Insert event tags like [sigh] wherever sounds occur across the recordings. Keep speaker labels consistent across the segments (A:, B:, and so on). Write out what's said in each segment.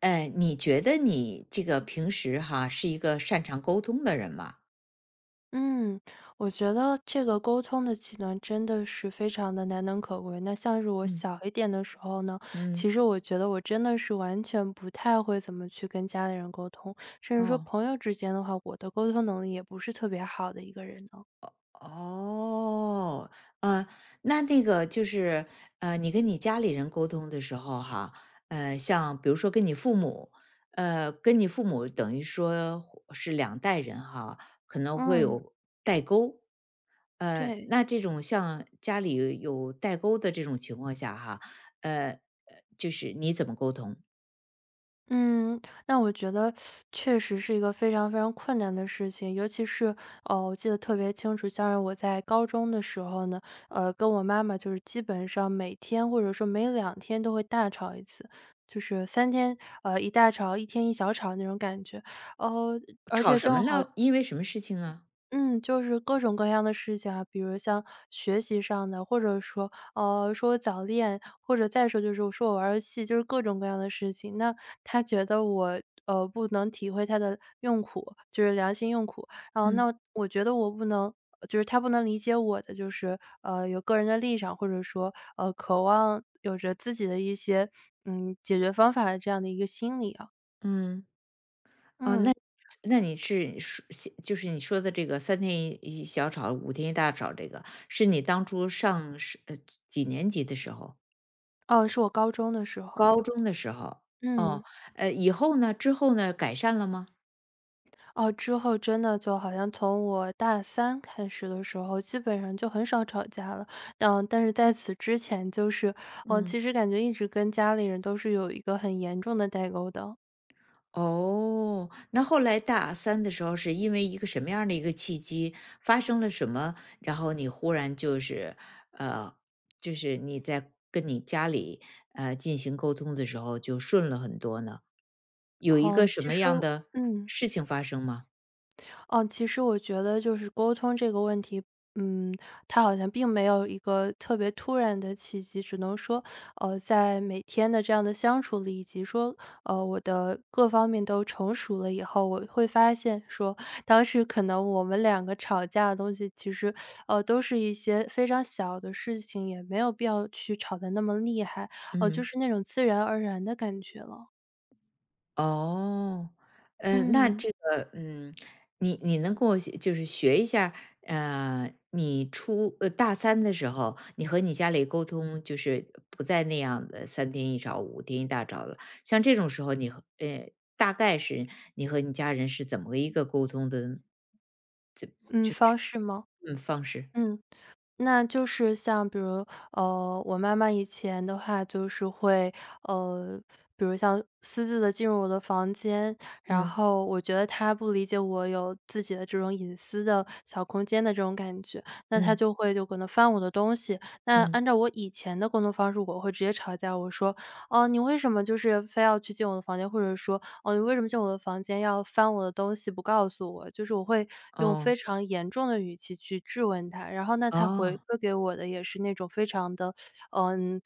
A: 你觉得你这个平时哈是一个擅长沟通的人吗？
B: 嗯，我觉得这个沟通的技能真的是非常的难能可贵。那像是我
A: 嗯
B: 小一点的时候呢，
A: 嗯。
B: 其实我觉得我真的是完全不太会怎么去跟家里人沟通，甚至说
A: 哦。
B: 朋友之间的话，我的沟通能力也不是特别好的一个人呢。
A: 哦。呃，那个就是你跟你家里人沟通的时候哈，像比如说跟你父母，跟你父母等于说是两代人哈，可能会
B: 嗯，
A: 有代沟。
B: 对。
A: 那这种像家里有代沟的这种情况下哈，呃，呃就是你怎么沟通？
B: 嗯，那我觉得确实是一个非常非常困难的事情，尤其是，哦，我记得特别清楚，像是我在高中的时候呢，跟我妈妈就是基本上每天或者说每两天都会大吵一次，就是三天，一大吵一天一小吵那种感觉。哦，而
A: 吵
B: 且
A: 什么
B: 正好。
A: 呢？因为什么事情啊？
B: 嗯，就是各种各样的事情啊，比如像学习上的，或者说，说我早恋，或者再说就是我说我玩儿游戏，就是各种各样的事情。那他觉得我，不能体会他的用苦，就是良心用苦。然后
A: 嗯
B: 那我觉得我不能。就是他不能理解我的，就是有个人的立场，或者说渴望有着自己的一些解决方法的这样的一个心理啊。
A: 嗯。哦，那
B: 嗯，
A: 你是说就是你说的这个三天一小吵，五天一大吵，这个是你当初上是几年级的时候？
B: 哦，是我高中的时候。
A: 高中的时候？哦，
B: 嗯。
A: 以后呢？之后呢？改善了吗？
B: 哦，之后真的就好像从我大三开始的时候，基本上就很少吵架了。但是在此之前，就是我
A: 嗯。
B: 其实感觉一直跟家里人都是有一个很严重的代沟的。
A: 哦，那后来大阿三的时候是因为一个什么样的一个契机，发生了什么，然后你忽然就是，呃，就是你在跟你家里，进行沟通的时候就顺了很多呢？有一个
B: 嗯。
A: 什
B: 其
A: 么
B: 实
A: 样的
B: 嗯。
A: 事情发生吗？
B: 哦，其实我觉得就是沟通这个问题，嗯，它好像并没有一个特别突然的契机，只能说，在每天的这样的相处里，以及说，我的各方面都成熟了以后，我会发现说，当时可能我们两个吵架的东西，其实，都是一些非常小的事情，也没有必要去吵得那么厉害，就
A: 嗯。
B: 是那种自然而然的感觉了。
A: 哦。嗯。那
B: 嗯，
A: 这个，嗯，你能跟我学就是学一下，你大三的时候，你和你家里沟通，就是不再那样的三天一小五天一大早了。像这种时候，你和大概是你和你家人是怎么个一个沟通的
B: 嗯，方式吗？
A: 嗯方式？
B: 嗯。那就是像比如，我妈妈以前的话就是会，呃，比如像私自的进入我的房间，然
A: 嗯
B: 后我觉得她不理解我有自己的这种隐私的小空间的这种感觉，那她
A: 嗯
B: 就会就可能翻我的东西。那
A: 嗯。
B: 按照我以前的沟通方式，我会直接吵架，我说：“哦，你为什么就是非要去进我的房间？”或者说：“哦，你为什么进我的房间要翻我的东西不告诉我？”就是我会用
A: 哦
B: 非常严重的语气去质问他，然后呢，他回
A: 哦
B: 馈给我的也是那种非常的，嗯，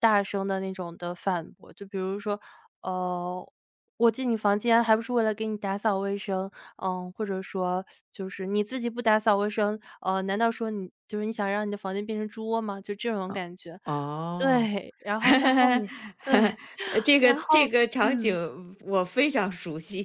B: 大声的那种的反驳。就比如说，呃，我进你房间还不是为了给你打扫卫生，或者说就是你自己不打扫卫生，难道说你就是你想让你的房间变成猪窝吗？就这种
A: 哦
B: 感觉。
A: 哦。
B: 对，然后到后
A: [laughs]
B: 面。对，
A: 这个
B: 然
A: 这
B: 后
A: 个场
B: 嗯。
A: 景我非常熟悉。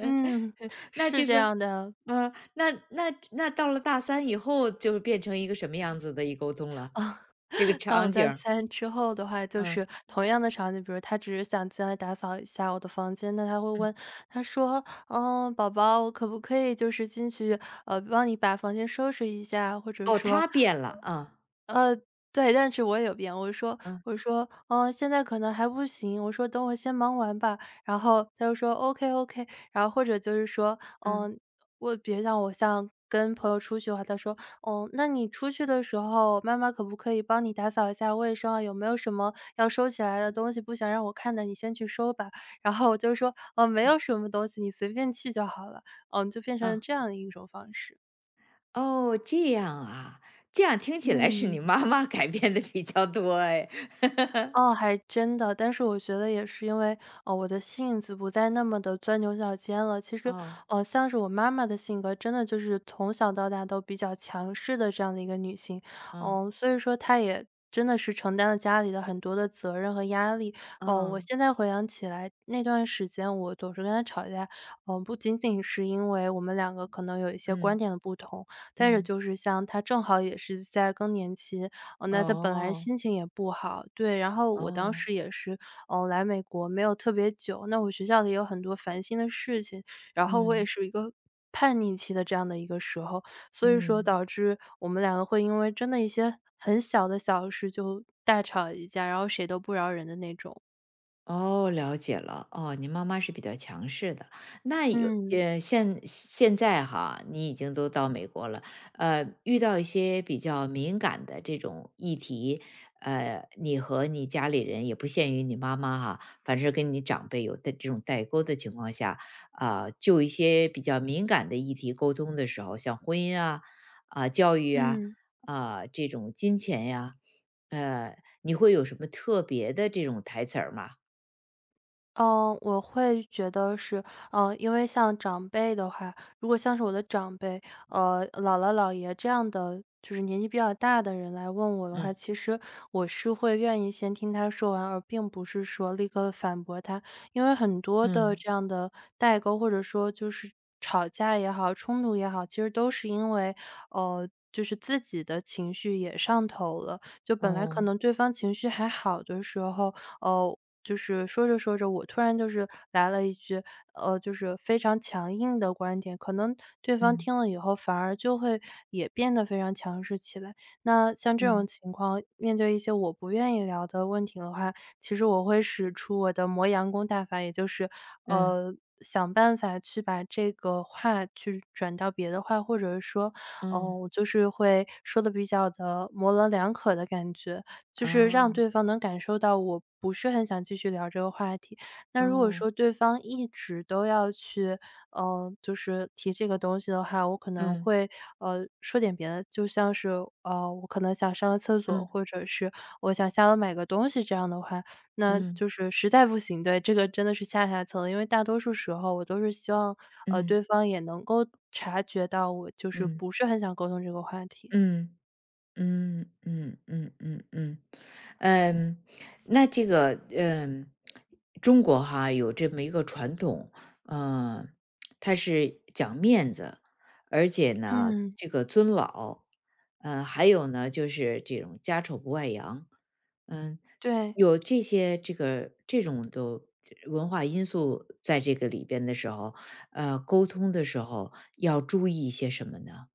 B: 嗯，
A: 那
B: 是
A: 这
B: 这
A: 个
B: 样的。
A: 那到了大三以后，就是变成一个什么样子的一沟通了？
B: 啊。
A: 这个
B: [laughs] 到了
A: 场景
B: 大
A: 儿。
B: 三之后的话，就
A: 嗯。
B: 是同样的场景，比如他只是想进来打扫一下我的房间，那他会
A: 嗯。
B: 问，他说：“嗯，宝宝，我可不可以就是进去，帮你把房间收拾一下？”或者
A: 哦，
B: 说。
A: 他变了，啊。
B: 对，但是我也有变。我说
A: 嗯。
B: 我说：“嗯，现在可能还不行。”我说：“等我先忙完吧。”然后他就说：“OK OK。” 然后或者就是说，
A: 嗯。
B: 嗯，我比如像跟朋友出去的话，他说：“哦，那你出去的时候，妈妈可不可以帮你打扫一下卫生啊？有没有什么要收起来的东西，不想让我看的，你先去收吧。”然后我就说：“哦，没有什么东西，你随便去就好了。”嗯，就变成了
A: 啊。
B: 这样的一种方式。
A: 哦，这样啊，这样听起来是
B: 嗯。
A: 你妈妈改变的比较多哎。
B: 哦，还真的。但是我觉得也是因为，哦，我的性子不再那么的钻牛角尖了。其实，
A: 哦。
B: 像是我妈妈的性格，真的就是从小到大都比较强势的这样的一个女性。
A: 嗯。
B: 所以说她也真的是承担了家里的很多的责任和压力。哦，我
A: 哦。
B: 现在回想起来，那段时间我总是跟她吵架，不仅仅是因为我们两个可能有一些观
A: 嗯。
B: 点的不同，再者
A: 嗯。
B: 就是像她正好也是在更年期。哦，那他本来
A: 哦。
B: 心情也不好，对。然后我当
A: 哦。
B: 时也是，哦，来美国没有特别久，那我学校里有很多烦心的事情，然后我也
A: 嗯。
B: 是一个叛逆期的这样的一个时候，所以说
A: 嗯。
B: 导致我们两个会因为真的一些很小的小事就大吵一架，然后谁都不饶人的那种。
A: 哦，了解了。哦，你妈妈是比较强势的。那有
B: 嗯，
A: 现在哈，你已经都到美国了，遇到一些比较敏感的这种议题，你和你家里人也不限于你妈妈哈，反正跟你长辈有的这种代沟的情况下，啊、就一些比较敏感的议题沟通的时候，像婚姻啊、教育啊、
B: 嗯。
A: 这种金钱呀、你会有什么特别的这种台词儿吗？
B: 嗯，我会觉得是，因为像长辈的话，如果像是我的长辈，姥姥姥爷这样的，就是年纪比较大的人来问我的话，
A: 嗯。
B: 其实我是会愿意先听他说完，而并不是说立刻反驳他。因为很多的
A: 嗯。
B: 这样的代沟，或者说就是吵架也好，冲突也好，其实都是因为，就是自己的情绪也上头了，就本来可
A: 哦。
B: 能对方情绪还好的时候，哦，就是说着说着，我突然就是来了一句，就是非常强硬的观点，可能对方
A: 嗯。
B: 听了以后反而就会也变得非常强势起来。那像这种
A: 嗯。
B: 情况，面对一些我不愿意聊的问题的话，其实我会使出我的磨洋工大法，也就是，
A: 嗯。
B: 呃。想办法去把这个话去转到别的话，或者是说，哦、
A: 嗯。
B: 我就是会说的比较的模棱两可的感觉。就是让
A: 哦。
B: 对方能感受到我不是很想继续聊这个话题。那如果
A: 哦。
B: 说对方一直都要去，就是提这个东西的话，我可能
A: 嗯。
B: 会，说点别的，就像是，我可能想上个厕所，
A: 嗯。
B: 或者是我想下楼买个东西这样的话，那
A: 嗯。
B: 就是实在不行，对，这个真的是下下策了。因为大多数时候我都是希望，
A: 嗯。
B: 对方也能够察觉到我就是
A: 嗯。
B: 不是很想沟通这个话题。
A: 嗯。嗯嗯嗯嗯嗯。嗯，那这个，中国哈有这么一个传统，嗯，它是讲面子，而且呢，
B: 嗯，
A: 这个尊老，嗯，还有呢，就是这种家丑不外扬，嗯，
B: 对。
A: 有这些这个这种的文化因素在这个里边的时候，沟通的时候要注意一些什么呢？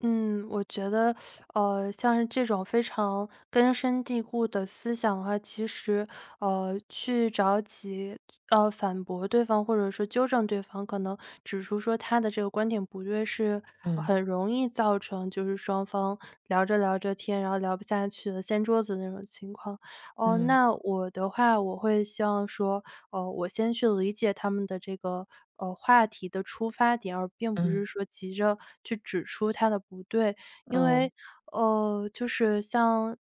B: 嗯，我觉得，像是这种非常根深蒂固的思想的话，其实，去着急，反驳对方或者说纠正对方，可能指出说他的这个观点不对，是
A: 嗯
B: 很容易造成就是双方聊着聊着天，然后聊不下去了，掀桌子那种情况。哦，
A: 嗯
B: 那我的话，我会希望说，我先去理解他们的这个话题的出发点，而并不是
A: 嗯。
B: 说急着去指出他的不对。因
A: 哦。
B: 为就是像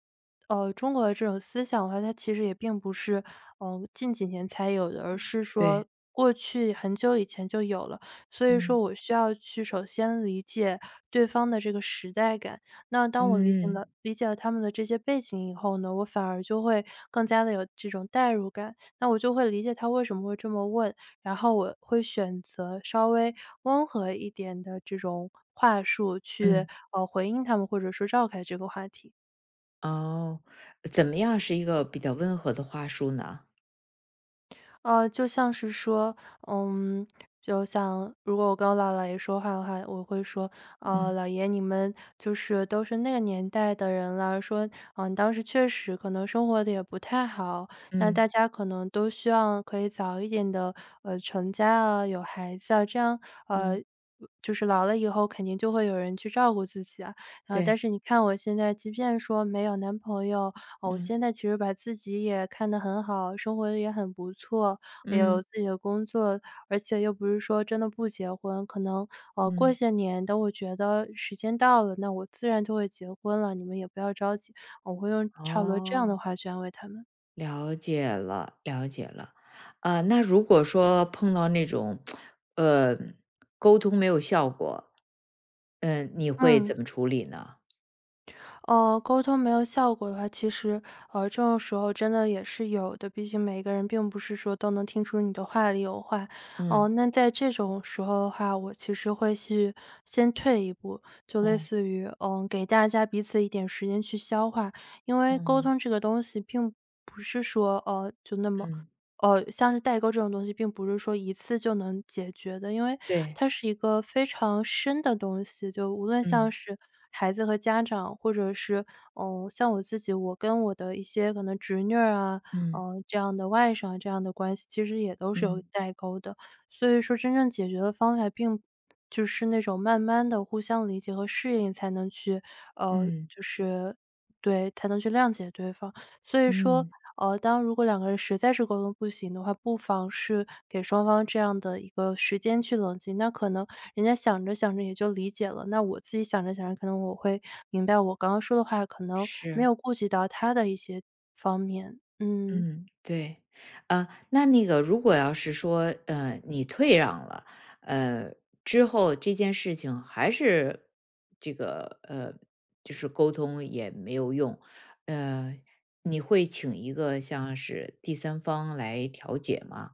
B: 中国的这种思想的话，它其实也并不是近几年才有的，而是说
A: 对。
B: 过去很久以前就有了。所以
A: 嗯
B: 说我需要去首先理解对方的这个时代感。那当我理解了
A: 嗯
B: 理解了他们的这些背景以后呢，我反而就会更加的有这种代入感。那我就会理解他为什么会这么问，然后我会选择稍微温和一点的这种话术去，
A: 嗯。
B: 回应他们，或者说绕开这个话题。
A: 哦，怎么样是一个比较温和的话术呢？
B: 就像是说，嗯，就像如果我跟我姥姥爷说话的话，我会说，
A: 嗯
B: 姥爷，你们就是都是那个年代的人了，说，嗯，当时确实可能生活的也不太好，那
A: 嗯
B: 大家可能都希望可以早一点的，成家啊，有孩子啊，这样，呃，
A: 嗯。
B: 就是老了以后肯定就会有人去照顾自己啊。啊，但
A: 对。
B: 是你看我现在，即便说没有男朋友，哦，我
A: 嗯
B: 现在其实把自己也看得很好，生活得也很不错，也有
A: 嗯
B: 自己的工作，而且又不是说真的不结婚，可能过
A: 嗯。
B: 些年，等我觉得时间到了，那我自然就会结婚了，你们也不要着急，我会用差不多这样的
A: 哦，
B: 话去安慰他们。
A: 了解了，了解了。啊、那如果说碰到那种呃沟通没有效果，你会
B: 嗯。
A: 怎么处理呢？
B: 哦，沟通没有效果的话，其实，这种时候真的也是有的。毕竟每个人并不是说都能听出你的话里有话。哦、
A: 嗯
B: 那在这种时候的话，我其实会去先退一步，就类
A: 嗯
B: 似于，嗯、给大家彼此一点时间去消化，因为沟
A: 嗯
B: 通这个东西并不是说，就那么
A: 嗯。
B: 像是代沟这种东西，并不是说一次就能解决的，因为
A: 对。
B: 它是一个非常深的东西。就无论像
A: 嗯
B: 是孩子和家长，或者是嗯，像我自己，我跟我的一些可能侄女儿啊，
A: 嗯
B: 嗯，这样的外甥啊这样的关系，其实也都是有
A: 嗯
B: 代沟的。所以说，真正解决的方法并就是那种慢慢的互相理解和适应，才能去
A: 嗯
B: 就
A: 嗯
B: 是对，才能去谅解对方。所以说
A: 嗯。
B: 当如果两个人实在是沟通不行的话，不妨是给双方这样的一个时间去冷静。那可能人家想着想着也就理解了，那我自己想着想着，可能我会明白我刚刚说的话可能没
A: 是。
B: 有顾及到他的一些方面。嗯。
A: 嗯，对，那那个如果要是说，你退让了，呃，之后这件事情还是这个，就是沟通也没有用，呃，你会请一个像是第三方来调解吗？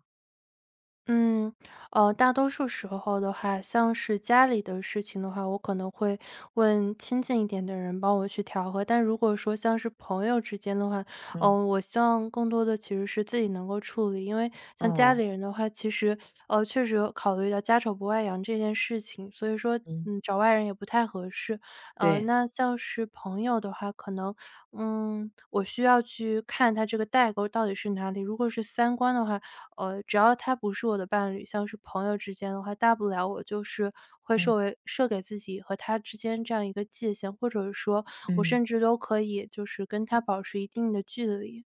B: 嗯，大多数时候的话，像是家里的事情的话，我可能会问亲近一点的人帮我去调和。但如果说像是朋友之间的话，嗯，
A: 嗯。
B: 我希望更多的其实是自己能够处理。因为像家里
A: 哦。
B: 人的话，其实确实有考虑到家丑不外扬这件事情，所以说
A: 嗯。
B: 嗯，找外人也不太合适。
A: 对。
B: 那像是朋友的话，可能嗯，我需要去看它这个代沟到底是哪里。如果是三观的话，只要他不是我的伴侣，像是朋友之间的话，大不了我就是会设
A: 嗯
B: 为设给自己和他之间这样一个界限，或者说我
A: 嗯。
B: 甚至都可以就是跟他保持一定的距离。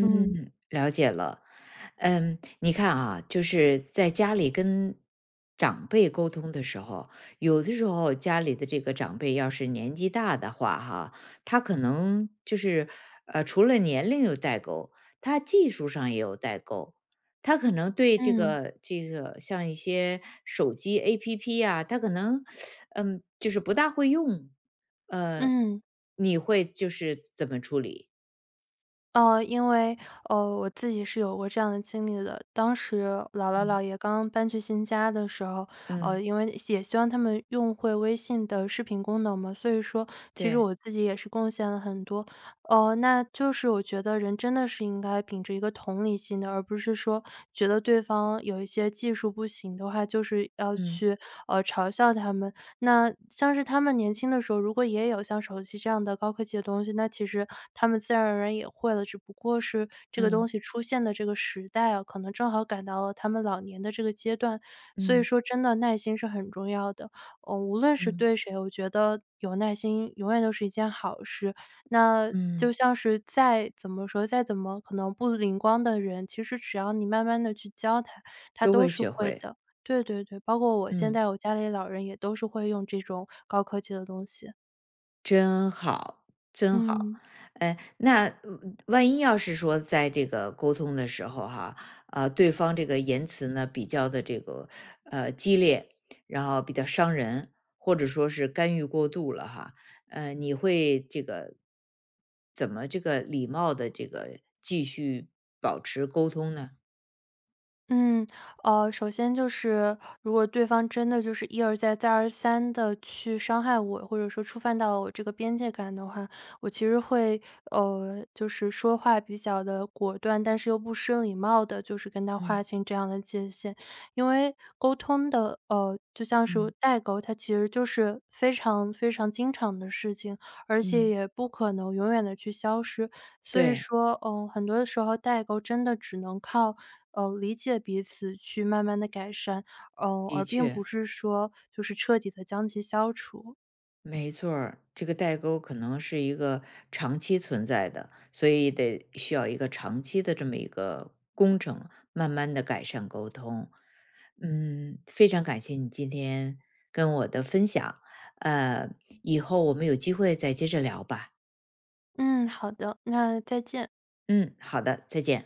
B: 嗯
A: 了解了。嗯，你看啊，就是在家里跟长辈沟通的时候，有的时候家里的这个长辈要是年纪大的话，哈，他可能就是除了年龄有代沟，他技术上也有代沟。他可能对这
B: 嗯
A: 个这个像一些手机 APP 啊，他可能就是不大会用。呃，
B: 嗯。
A: 你会就是怎么处理？
B: 因为,我自己是有过这样的经历的。当时姥姥
A: 嗯
B: 姥爷刚刚搬去新家的时候，
A: 嗯。
B: 因为也希望他们用会微信的视频功能嘛，所以说其实
A: 对。
B: 我自己也是贡献了很多。那就是我觉得人真的是应该秉着一个同理心的，而不是说觉得对方有一些技术不行的话，就是要
A: 嗯。
B: 去，嘲笑他们。那像是他们年轻的时候，如果也有像手机这样的高科技的东西，那其实他们自然而然也会了，只不过是这个
A: 嗯。
B: 东西出现的这个时代啊，可能正好赶到了他们老年的这个阶段。所以
A: 嗯。
B: 说真的耐心是很重要的，嗯，无论是
A: 嗯。
B: 对谁，我觉得有耐心永远都是一件好事。那就
A: 嗯。
B: 像是再怎么说，再怎么可能不灵光的人，其实只要你慢慢的去教他，他
A: 都
B: 都
A: 会
B: 是
A: 学
B: 会
A: 会。
B: 的。对对对，包括我现
A: 嗯，
B: 在我家里老人也都是会用这种高科技的东西，
A: 真好，真好。
B: 嗯。
A: 哎，那万一要是说在这个沟通的时候哈，啊，对方这个言辞呢比较的这个激烈，然后比较伤人，或者说是干预过度了哈，你会这个怎么这个礼貌的这个继续保持沟通呢？
B: 嗯，首先就是，如果对方真的就是一而再、再而三的去伤害我，或者说触犯到了我这个边界感的话，我其实会，就是说话比较的果断，但是又不失礼貌的，就是跟他划
A: 嗯
B: 清这样的界限。因为沟通的，就像是
A: 嗯
B: 代沟，它其实就是非常非常经常的事情，而且
A: 嗯。
B: 也不可能永远的去消失。所以
A: 对。
B: 说，嗯，很多的时候代沟真的只能靠理解彼此去慢慢的改善，而
A: 的
B: 并
A: 确，
B: 不是说就是彻底的将其消除。
A: 没错儿，这个代沟可能是一个长期存在的，所以得需要一个长期的这么一个工程，慢慢的改善沟通。嗯，非常感谢你今天跟我的分享，呃，以后我们有机会再接着聊吧。
B: 嗯，好的，那再见。
A: 嗯，好的，再见。